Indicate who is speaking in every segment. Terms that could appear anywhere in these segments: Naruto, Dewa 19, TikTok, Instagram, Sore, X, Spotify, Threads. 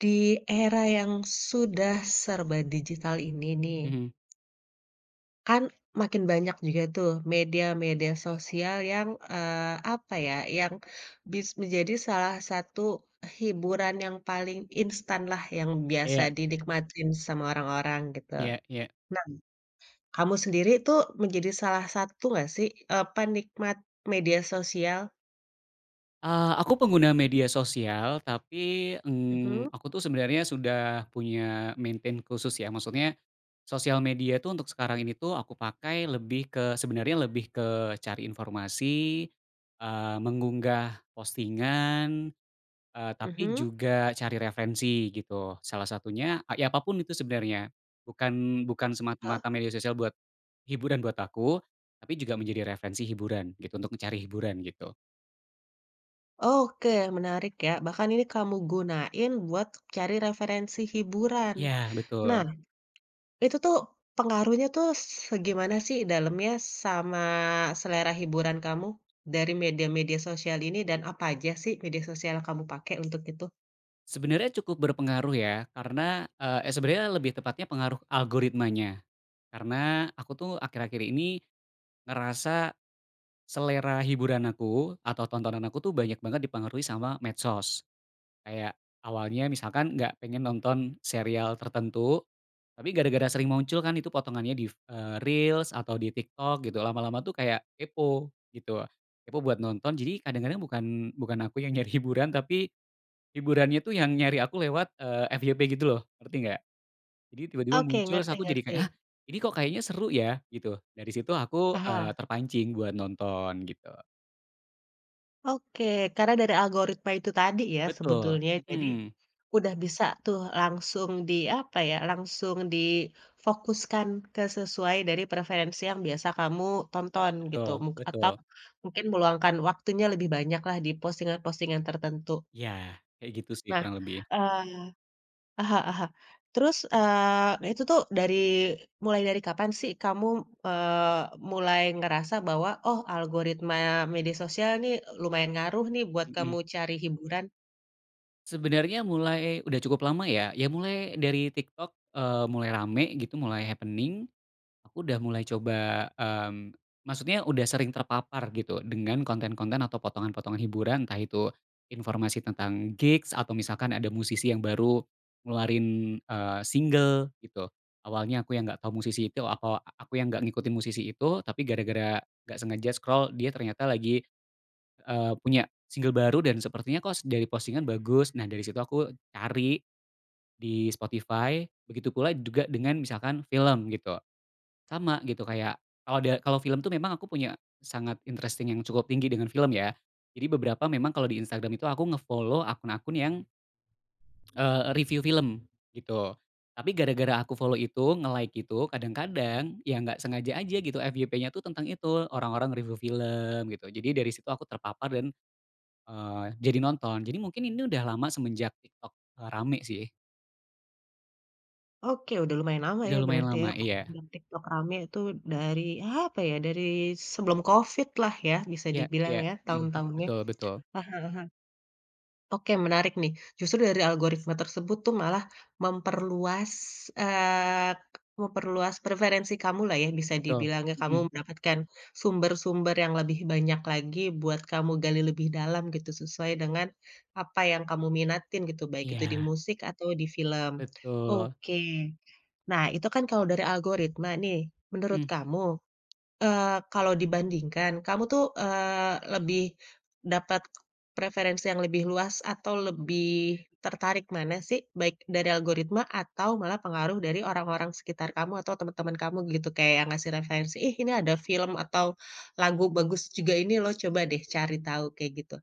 Speaker 1: Di era yang sudah serba digital ini nih,
Speaker 2: Mhm,
Speaker 1: kan makin banyak juga tuh media-media sosial yang, apa ya, yang bis menjadi salah satu hiburan yang paling instan lah yang biasa
Speaker 2: iya
Speaker 1: dinikmatin sama orang-orang gitu.
Speaker 2: iya iya.
Speaker 1: Nah, kamu sendiri tuh menjadi salah satu nggak sih, penikmat media sosial?
Speaker 2: Aku pengguna media sosial tapi,
Speaker 1: Mhm,
Speaker 2: aku tuh sebenarnya sudah punya maintain khusus ya, maksudnya sosial media tuh untuk sekarang ini tuh aku pakai lebih ke sebenarnya lebih ke cari informasi, mengunggah postingan, tapi
Speaker 1: mhm.
Speaker 2: juga cari referensi gitu. Salah satunya, a ya apapun itu sebenarnya, bukan bukan semata-mata media sosial buat hiburan buat aku, tapi juga menjadi referensi hiburan gitu, untuk mencari hiburan gitu.
Speaker 1: Oke, menarik ya. Bahkan ini kamu gunain buat cari referensi hiburan.
Speaker 2: Iya,
Speaker 1: Nah,
Speaker 2: betul.
Speaker 1: itu tuh pengaruhnya tuh segimana sih dalamnya sama selera hiburan kamu dari media-media sosial ini dan apa aja sih media sosial yang kamu pakai untuk itu?
Speaker 2: Sebenarnya cukup berpengaruh ya, karena, sebenarnya lebih tepatnya pengaruh algoritmanya. Karena aku tuh akhir-akhir ini ngerasa selera hiburan aku atau tontonan aku tuh banyak banget dipengaruhi sama medsos. Kayak awalnya misalkan nggak pengen nonton serial tertentu, tapi gara-gara sering muncul kan itu potongannya di, reels atau di TikTok gitu, lama-lama tuh kayak kepo gitu, kepo buat nonton. Jadi kadang-kadang bukan bukan aku yang nyari hiburan, tapi hiburannya tuh yang nyari aku lewat, FYP gitu loh, ngerti nggak? Jadi tiba-tiba
Speaker 1: Oke,
Speaker 2: muncul, terus aku jadi kayak,
Speaker 1: ngerti-ngerti.
Speaker 2: "Ah, ini kok kayaknya seru ya?" Gitu. Dari situ aku,
Speaker 1: Aha.
Speaker 2: terpancing buat nonton gitu.
Speaker 1: Oke, karena dari algoritma itu tadi ya
Speaker 2: Betul,
Speaker 1: sebetulnya. Jadi
Speaker 2: mhm,
Speaker 1: udah bisa tuh langsung di, apa ya, langsung difokuskan ke sesuai dari preferensi yang biasa kamu tonton gitu,
Speaker 2: betul
Speaker 1: mung atau
Speaker 2: betul.
Speaker 1: mungkin meluangkan waktunya lebih banyak lah di postingan-postingan tertentu.
Speaker 2: Iya, kayak gitu sih
Speaker 1: Nah,
Speaker 2: kurang lebih,
Speaker 1: eee heeh heeh. Terus, itu tuh dari mulai dari kapan sih kamu, eee, mulai ngerasa bahwa, "Oh, algoritma media sosial nih lumayan ngaruh nih buat kamu
Speaker 2: mhm.
Speaker 1: cari hiburan."
Speaker 2: Sebenarnya mulai udah cukup lama ya, ya mulai dari TikTok, mulai rame gitu, mulai happening. Aku udah mulai coba, maksudnya udah sering terpapar gitu dengan konten-konten atau potongan-potongan hiburan, entah itu informasi tentang gigs atau misalkan ada musisi yang baru ngeluarin, single gitu. Awalnya aku yang nggak tahu musisi itu atau aku yang nggak ngikutin musisi itu, tapi gara-gara nggak sengaja scroll dia ternyata lagi, punya single baru dan sepertinya kok dari postingan bagus. Nah, dari situ aku cari di Spotify, begitu pula juga dengan misalkan film gitu. Sama gitu kayak kalau ada kalau film tuh memang aku punya sangat interesting yang cukup tinggi dengan film ya. Jadi beberapa memang kalau di Instagram itu aku ngefollow akun-akun yang, review film gitu. Tapi gara-gara aku follow itu, nge-like itu, kadang-kadang ya nggak sengaja aja gitu FYP-nya tuh tentang itu, orang-orang review film gitu. Jadi dari situ aku terpapar dan, eee, jadi nonton. Jadi mungkin ini udah lama semenjak TikTok, rame sih.
Speaker 1: Oke, udah lumayan lama
Speaker 2: Udah
Speaker 1: ya
Speaker 2: lumayan
Speaker 1: berarti ya
Speaker 2: lama,
Speaker 1: kalau
Speaker 2: iya.
Speaker 1: bilang TikTok rame itu dari, apa ya, dari sebelum Covid lah ya bisa
Speaker 2: Iya
Speaker 1: dibilang
Speaker 2: iya,
Speaker 1: ya
Speaker 2: mhm,
Speaker 1: tahun-tahunnya.
Speaker 2: betul betul.
Speaker 1: Wah, oke menarik nih. Justru dari algoritma tersebut tuh malah memperluas, eee, memperluas preferensi kamu lah ya bisa
Speaker 2: Betul,
Speaker 1: dibilang ya,
Speaker 2: mhm,
Speaker 1: kamu mendapatkan sumber-sumber yang lebih banyak lagi buat kamu gali lebih dalam gitu sesuai dengan apa yang kamu minatin gitu, baik itu di
Speaker 2: iya.
Speaker 1: musik atau di film.
Speaker 2: Betul.
Speaker 1: Oke. Nah, itu kan kalau dari algoritma nih, menurut
Speaker 2: Mhm.
Speaker 1: kamu, eee, kalau dibandingkan, kamu tuh, lebih dapat preferensi yang lebih luas atau lebih tertarik mana sih? Baik dari algoritma atau malah pengaruh dari orang-orang sekitar kamu atau teman-teman kamu gitu, kayak yang ngasih referensi, "Ih, ini ada film atau lagu bagus juga ini loh, coba deh cari tahu," kayak gitu.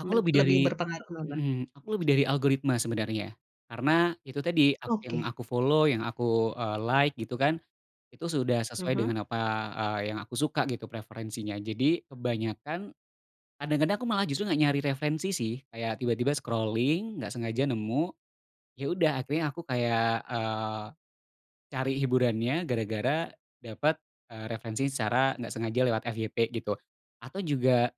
Speaker 2: Aku
Speaker 1: Men
Speaker 2: lebih
Speaker 1: lebih
Speaker 2: dari
Speaker 1: berpengaruh mana?
Speaker 2: mhm, aku lebih dari algoritma sebenarnya. Karena itu tadi, ak yang
Speaker 1: Oke.
Speaker 2: aku follow, yang aku, like gitu kan, itu sudah sesuai
Speaker 1: Mhm.
Speaker 2: dengan apa, yang aku suka gitu preferensinya. Jadi kebanyakan kadang-kadang aku malah justru nggak nyari referensi sih, kayak tiba-tiba scrolling, nggak sengaja nemu, ya udah akhirnya aku kayak, cari hiburannya gara-gara dapat, referensi secara nggak sengaja lewat FYP gitu. Atau juga,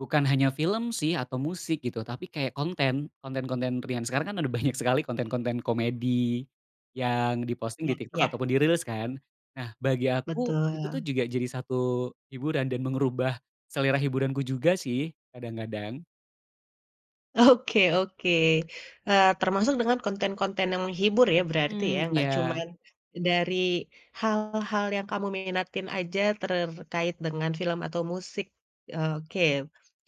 Speaker 2: bukan hanya film sih atau musik gitu, tapi kayak konten-konten ringan. Sekarang kan ada banyak sekali konten-konten komedi yang diposting di
Speaker 1: Ya
Speaker 2: TikTok
Speaker 1: ya,
Speaker 2: ataupun di-reels kan. Nah, bagi aku itu tuh
Speaker 1: betul.
Speaker 2: juga jadi satu hiburan dan mengubah selera hiburanku juga sih kadang-kadang.
Speaker 1: Oke oke, termasuk dengan konten-konten yang menghibur ya berarti ya,
Speaker 2: Mhm,
Speaker 1: nggak
Speaker 2: iya,
Speaker 1: cuman dari hal-hal yang kamu minatin aja terkait dengan film atau musik, oke.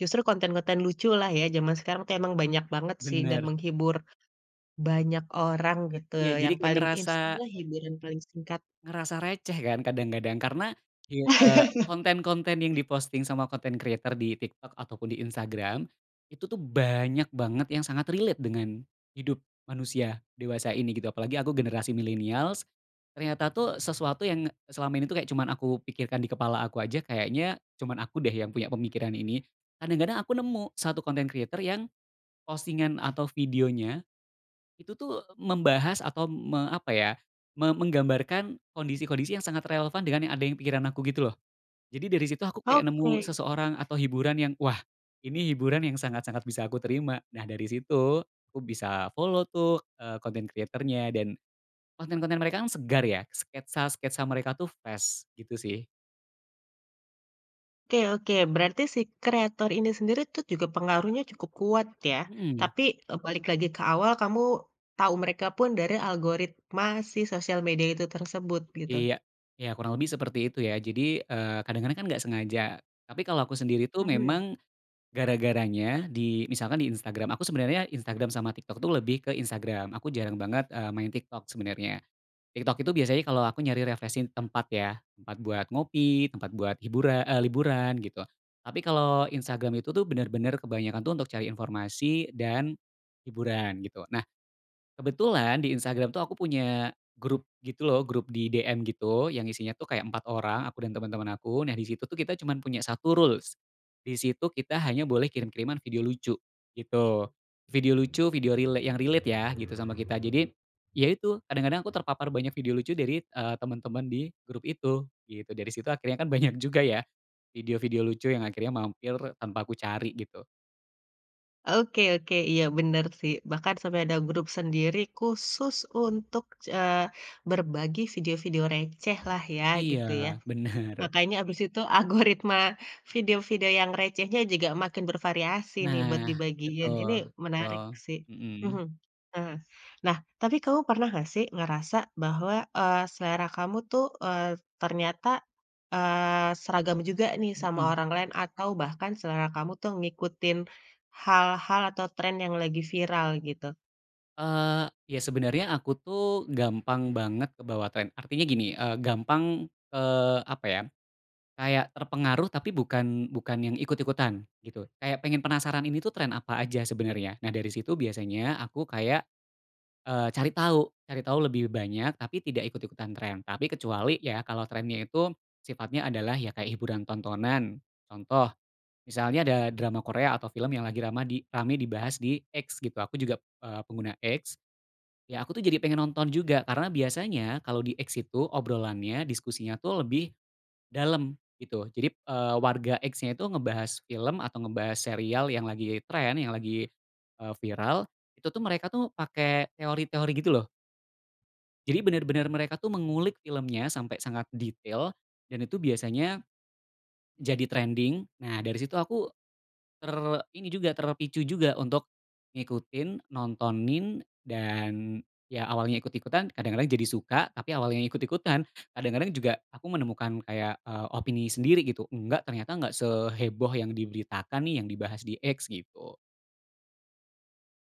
Speaker 1: Justru konten-konten lucu lah ya zaman sekarang tuh emang banyak banget sih dan
Speaker 2: bener.
Speaker 1: menghibur banyak orang gitu,
Speaker 2: Iya, jadi
Speaker 1: yang
Speaker 2: kayak
Speaker 1: paling
Speaker 2: ngerasa
Speaker 1: instan lah hiburan paling singkat.
Speaker 2: Ngerasa receh kan kadang-kadang karena di konten-konten yang di-posting sama konten creator di TikTok ataupun di Instagram, itu tuh banyak banget yang sangat relate dengan hidup manusia dewasa ini gitu, apalagi aku generasi millennials, ternyata tuh sesuatu yang selama ini tuh kayak cuman aku pikirkan di kepala aku aja kayaknya cuman aku deh yang punya pemikiran ini. Kadang-kadang aku nemu satu konten creator yang postingan atau videonya itu tuh membahas atau apa ya, menggambarkan kondisi-kondisi yang sangat relevan dengan yang ada yang pikiran aku gitu loh. Jadi dari situ aku kayak nemu
Speaker 1: Oke.
Speaker 2: seseorang atau hiburan yang, wah, ini hiburan yang sangat-sangat bisa aku terima. Nah dari situ aku bisa follow tuh, konten kreatornya dan konten-konten mereka kan segar ya, sketsa-sketsa mereka tuh fresh gitu sih.
Speaker 1: Oke oke, berarti si kreator ini sendiri tuh juga pengaruhnya cukup kuat ya.
Speaker 2: Mhm,
Speaker 1: Tapi, balik lagi ke awal kamu tahu mereka pun dari algoritma si sosial media itu tersebut gitu.
Speaker 2: iya. Ya kurang lebih seperti itu ya. Jadi, kadang-kadang kan nggak sengaja. Tapi kalau aku sendiri tuh
Speaker 1: Nah. Mhm,
Speaker 2: memang gara-garanya di misalkan di Instagram, aku sebenarnya Instagram sama TikTok tuh lebih ke Instagram, aku jarang banget, main TikTok sebenarnya. TikTok itu biasanya kalau aku nyari refreshing tempat ya, tempat buat ngopi, tempat buat hiburan liburan gitu. Tapi kalau Instagram itu tuh benar-benar kebanyakan tuh untuk cari informasi dan hiburan gitu. Kebetulan di Instagram tuh aku punya grup gitu loh, grup di DM gitu, yang isinya tuh kayak 4 orang, aku dan teman-teman aku. Nah, di situ tuh kita cuman punya satu rules. Di situ kita hanya boleh kirim-kiriman video lucu, gitu. Video lucu, video rela yang relate ya, gitu sama kita. Jadi, ya itu, kadang-kadang aku terpapar banyak video lucu dari, teman-teman di grup itu, gitu. Dari situ akhirnya kan banyak juga ya video-video lucu yang akhirnya mampir tanpa aku cari gitu.
Speaker 1: oke oke, iya bener sih, bahkan sampai ada grup sendiri khusus untuk, eee, berbagi video-video receh lah ya gitu ya.
Speaker 2: Iya, bener.
Speaker 1: Makanya abis itu algoritma video-video yang recehnya juga makin bervariasi nih buat
Speaker 2: Nah,
Speaker 1: dibagiin,
Speaker 2: betul
Speaker 1: ini
Speaker 2: betul,
Speaker 1: menarik sih. Mhm,
Speaker 2: mhm
Speaker 1: heeh. Nah, tapi kamu pernah nggak sih ngerasa bahwa, selera kamu tuh, ternyata, seragam juga nih sama
Speaker 2: mhm,
Speaker 1: orang lain atau bahkan selera kamu tuh ngikutin hal-hal atau tren yang lagi viral gitu?
Speaker 2: eee, ya sebenarnya aku tuh gampang banget kebawa tren. Artinya gini, gampang, apa ya, kayak terpengaruh tapi bukan bukan yang ikut-ikutan gitu. Kayak pengen penasaran ini tuh tren apa aja sebenarnya. Nah dari situ biasanya aku kayak, cari tahu lebih banyak tapi tidak ikut-ikutan tren. Tapi kecuali ya kalau trennya itu sifatnya adalah ya kayak hiburan tontonan, contoh. Misalnya ada drama Korea atau film yang lagi rama di rame dibahas di X gitu, aku juga, pengguna X, ya aku tuh jadi pengen nonton juga karena biasanya kalau di X itu obrolannya, diskusinya tuh lebih dalam gitu. Jadi, warga X-nya itu ngebahas film atau ngebahas serial yang lagi tren, yang lagi, viral, itu tuh mereka tuh pakai teori-teori gitu loh. Jadi benar-benar mereka tuh mengulik filmnya sampai sangat detail dan itu biasanya jadi trending. Nah dari situ aku Ter terpicu juga untuk ngikutin, nontonin, dan ya awalnya ikut-ikutan, kadang-kadang jadi suka, tapi awalnya ikut-ikutan, kadang-kadang juga aku menemukan kayak, opini sendiri gitu, "Enggak, ternyata enggak seheboh yang diberitakan nih, yang dibahas di X," gitu.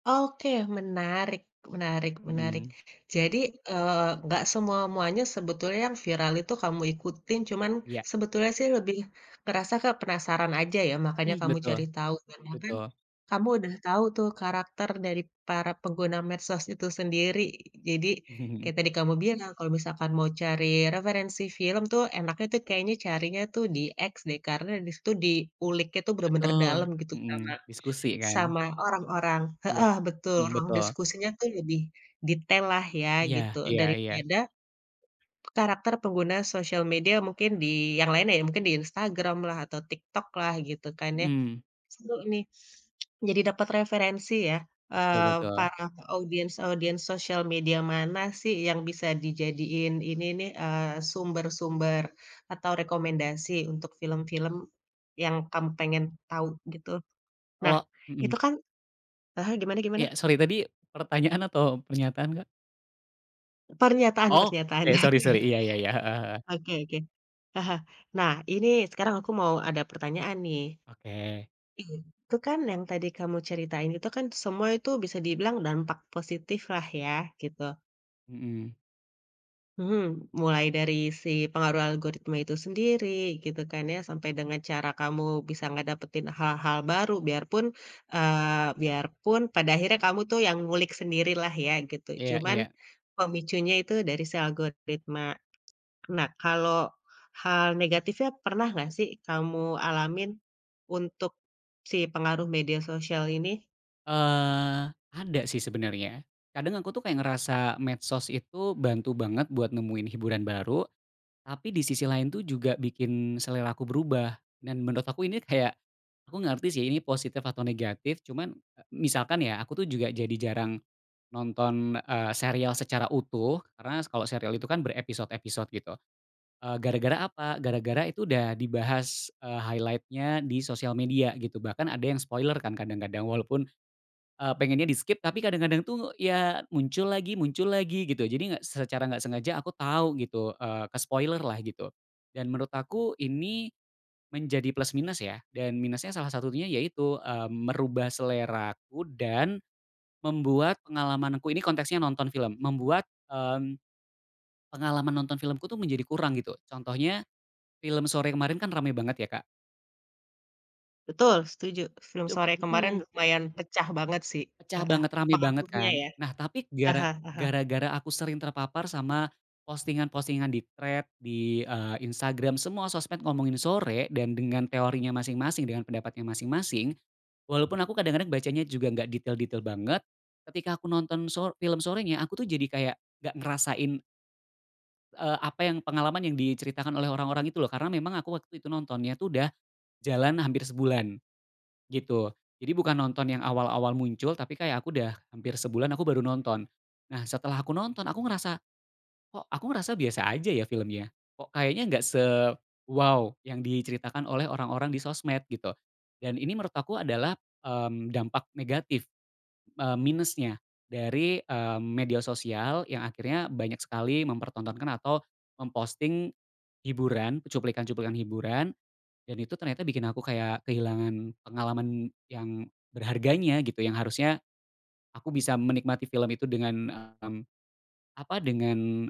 Speaker 1: Oke, menarik menarik menarik.
Speaker 2: Mhm,
Speaker 1: Jadi, eee, nggak semua-muanya sebetulnya yang viral itu kamu ikutin, cuman
Speaker 2: iya,
Speaker 1: sebetulnya sih lebih ngerasa ke penasaran aja ya, makanya
Speaker 2: mhm,
Speaker 1: kamu
Speaker 2: betul
Speaker 1: cari tahu dan bahkan
Speaker 2: betul.
Speaker 1: kamu udah tahu tuh karakter dari para pengguna medsos itu sendiri. Jadi, kayak tadi kamu bilang kalau misalkan mau cari referensi film tuh enaknya tuh kayaknya carinya tuh di X deh, karena di situ diuliknya tuh bener-bener dalam
Speaker 2: Betul,
Speaker 1: gitu
Speaker 2: mhm,
Speaker 1: sama
Speaker 2: diskusi kan?
Speaker 1: sama orang-orang
Speaker 2: Iya,
Speaker 1: heeh, betul,
Speaker 2: mhm,
Speaker 1: ruang
Speaker 2: betul.
Speaker 1: diskusinya tuh lebih detail lah ya
Speaker 2: Iya
Speaker 1: gitu,
Speaker 2: iya iya,
Speaker 1: daripada karakter pengguna sosial media mungkin di yang lainnya ya, mungkin di Instagram lah atau TikTok lah gitu kan ya.
Speaker 2: mhm,
Speaker 1: Seru nih, jadi dapat referensi ya,
Speaker 2: betul betul.
Speaker 1: para audiens-audiens sosial media mana sih yang bisa dijadiin ini nih, sumber-sumber atau rekomendasi untuk film-film yang kamu pengen tahu gitu. Nah,
Speaker 2: Kalau mhm.
Speaker 1: itu kan heeh, gimana gimana?
Speaker 2: Iya, sorry tadi pertanyaan atau pernyataan, Kak? Oh,
Speaker 1: Pernyataan-pernyataan.
Speaker 2: oke, sorry sorry, iya iya iya, heeh heeh,
Speaker 1: Oke oke. Ah, nah, ini sekarang aku mau ada pertanyaan nih.
Speaker 2: oke.
Speaker 1: Itu kan yang tadi kamu ceritain itu kan semua itu bisa dibilang dampak positif lah ya, gitu.
Speaker 2: Mhm,
Speaker 1: Mhm, mulai dari si pengaruh algoritma itu sendiri gitu kan ya, sampai dengan cara kamu bisa ngedapetin hal-hal baru biarpun, biarpun pada akhirnya kamu tuh yang ngulik sendirilah ya gitu,
Speaker 2: iya
Speaker 1: cuman
Speaker 2: iya.
Speaker 1: pemicunya itu dari si algoritma. Nah, kalau hal negatifnya pernah nggak sih kamu alamin untuk si pengaruh media sosial ini?
Speaker 2: Ada sih sebenarnya. Kadang aku tuh kayak ngerasa medsos itu bantu banget buat nemuin hiburan baru, tapi di sisi lain tuh juga bikin selera aku berubah. Dan menurut aku ini kayak, aku nggak ngerti sih ini positif atau negatif, cuman, misalkan ya aku tuh juga jadi jarang nonton, serial secara utuh, karena kalau serial itu kan berepisode-episode gitu. Gara-gara apa? Gara-gara itu udah dibahas, highlight di sosial media gitu, bahkan ada yang spoiler kan kadang-kadang walaupun, pengennya di-skip tapi kadang-kadang tuh ya muncul lagi gitu. Jadi nggak secara nggak sengaja aku tahu gitu, ke-spoiler-lah gitu. Dan menurut aku ini menjadi plus minus ya, dan minusnya salah satunya yaitu, merubah seleraku dan membuat pengalamanku ini konteksnya nonton film, membuat, pengalaman nonton filmku tuh menjadi kurang gitu. Contohnya film Sore kemarin kan rame banget ya, Kak.
Speaker 1: Betul, setuju. Film
Speaker 2: Itu
Speaker 1: Sore kemarin
Speaker 2: mhm,
Speaker 1: lumayan pecah banget sih,
Speaker 2: pecah
Speaker 1: heeh,
Speaker 2: banget, rame banget
Speaker 1: pengaruhnya
Speaker 2: kan.
Speaker 1: ya.
Speaker 2: Nah, tapi
Speaker 1: Aha
Speaker 2: gara
Speaker 1: aha.
Speaker 2: gara-gara aku sering terpapar sama postingan-postingan di Threads, di, Instagram, semua sosmed ngomongin Sore dan dengan teorinya masing-masing, dengan pendapatnya masing-masing, walaupun aku kadang-kadang bacanya juga nggak detail-detail banget, ketika aku nonton film Sorenya, aku tuh jadi kayak nggak ngerasain, apa yang pengalaman yang diceritakan oleh orang-orang itu loh, karena memang aku waktu itu nontonnya tuh udah jalan hampir sebulan. Gitu. Jadi bukan nonton yang awal-awal muncul, tapi kayak aku udah hampir sebulan aku baru nonton. Nah setelah aku nonton aku ngerasa, kok aku ngerasa biasa aja ya filmnya, kok kayaknya nggak se-wow yang diceritakan oleh orang-orang di sosmed gitu. Dan ini menurut aku adalah, dampak negatif, minusnya dari, media sosial yang akhirnya banyak sekali mempertontonkan atau memposting hiburan, cuplikan-cuplikan hiburan dan itu ternyata bikin aku kayak kehilangan pengalaman yang berharganya gitu, yang harusnya aku bisa menikmati film itu dengan, dengan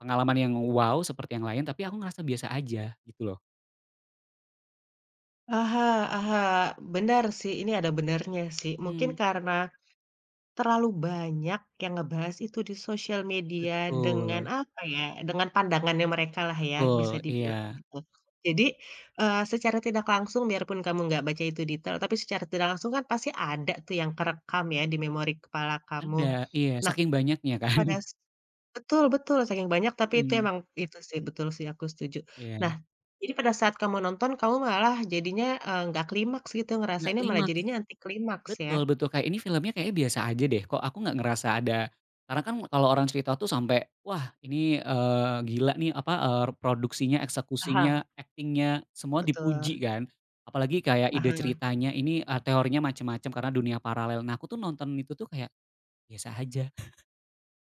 Speaker 2: pengalaman yang wow seperti yang lain, tapi aku ngerasa biasa aja gitu loh.
Speaker 1: Aha aha, benar sih, ini ada benarnya sih. Mungkin
Speaker 2: Mhm.
Speaker 1: karena terlalu banyak yang ngebahas itu di sosial media dengan
Speaker 2: Betul
Speaker 1: apa ya, dengan pandangannya mereka lah ya
Speaker 2: betul,
Speaker 1: bisa dibilang
Speaker 2: iya.
Speaker 1: gitu. Jadi, secara tidak langsung biarpun kamu nggak baca itu detail, tapi secara tidak langsung kan pasti ada tuh yang kerekam ya di memori kepala kamu.
Speaker 2: Ada, iya,
Speaker 1: Nah
Speaker 2: saking banyaknya kan.
Speaker 1: pada s betul betul saking banyak tapi itu
Speaker 2: Mhm,
Speaker 1: emang itu sih betul sih aku setuju. Nah,
Speaker 2: iya.
Speaker 1: jadi pada saat kamu nonton kamu malah jadinya, nggak klimaks gitu
Speaker 2: Nggak
Speaker 1: ngerasainnya malah
Speaker 2: klimaks.
Speaker 1: jadinya anti klimaks ya.
Speaker 2: Betul betul, kayak ini filmnya kayaknya biasa aja deh, kok aku nggak ngerasa ada karena kan kalau orang cerita tuh sampai, wah ini, gila nih apa, produksinya,
Speaker 1: Aha,
Speaker 2: eksekusinya, akting semua dipuji
Speaker 1: betul,
Speaker 2: kan. Apalagi kayak ide
Speaker 1: aha.
Speaker 2: ceritanya ini, teorinya macam-macam karena dunia paralel. Nah aku tuh nonton itu tuh kayak biasa aja,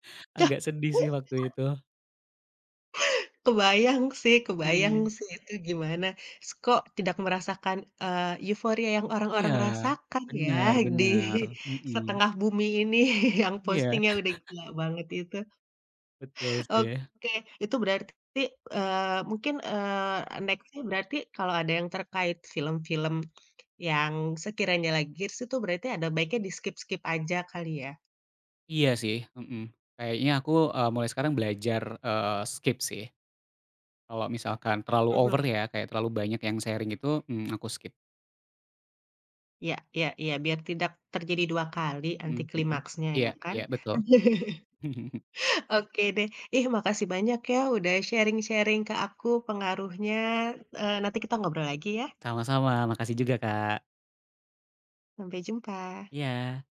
Speaker 1: Yah,
Speaker 2: agak sedih sih waktu itu.
Speaker 1: kebayang
Speaker 2: Mhm.
Speaker 1: sih itu gimana s kok tidak merasakan, euforia yang
Speaker 2: Iya,
Speaker 1: orang-orang rasakan ya
Speaker 2: benar
Speaker 1: di
Speaker 2: bener, mhm.
Speaker 1: setengah bumi ini yang
Speaker 2: Iya,
Speaker 1: postingnya udah gila banget itu.
Speaker 2: betul sih.
Speaker 1: Oke, itu berarti, mungkin, next-nya berarti kalau ada yang terkait film-film yang sekiranya lagi hits itu berarti ada baiknya di-skip-skip aja kali ya?
Speaker 2: Iya sih, mhm. Kayaknya aku, mulai sekarang belajar, skip sih. Kalau misalkan terlalu over
Speaker 1: Mhm,
Speaker 2: ya, kayak terlalu banyak yang sharing itu, aku skip.
Speaker 1: iya iya iya, biar tidak terjadi 2 kali anti
Speaker 2: Mhm mhm.
Speaker 1: klimaksnya
Speaker 2: Iya
Speaker 1: ya kan?
Speaker 2: iya, betul.
Speaker 1: Oke deh. Ih, makasih banyak ya udah sharing-sharing ke aku pengaruhnya, nanti kita ngobrol lagi ya.
Speaker 2: Sama-sama, makasih juga, Kak.
Speaker 1: Sampai jumpa.
Speaker 2: Iya.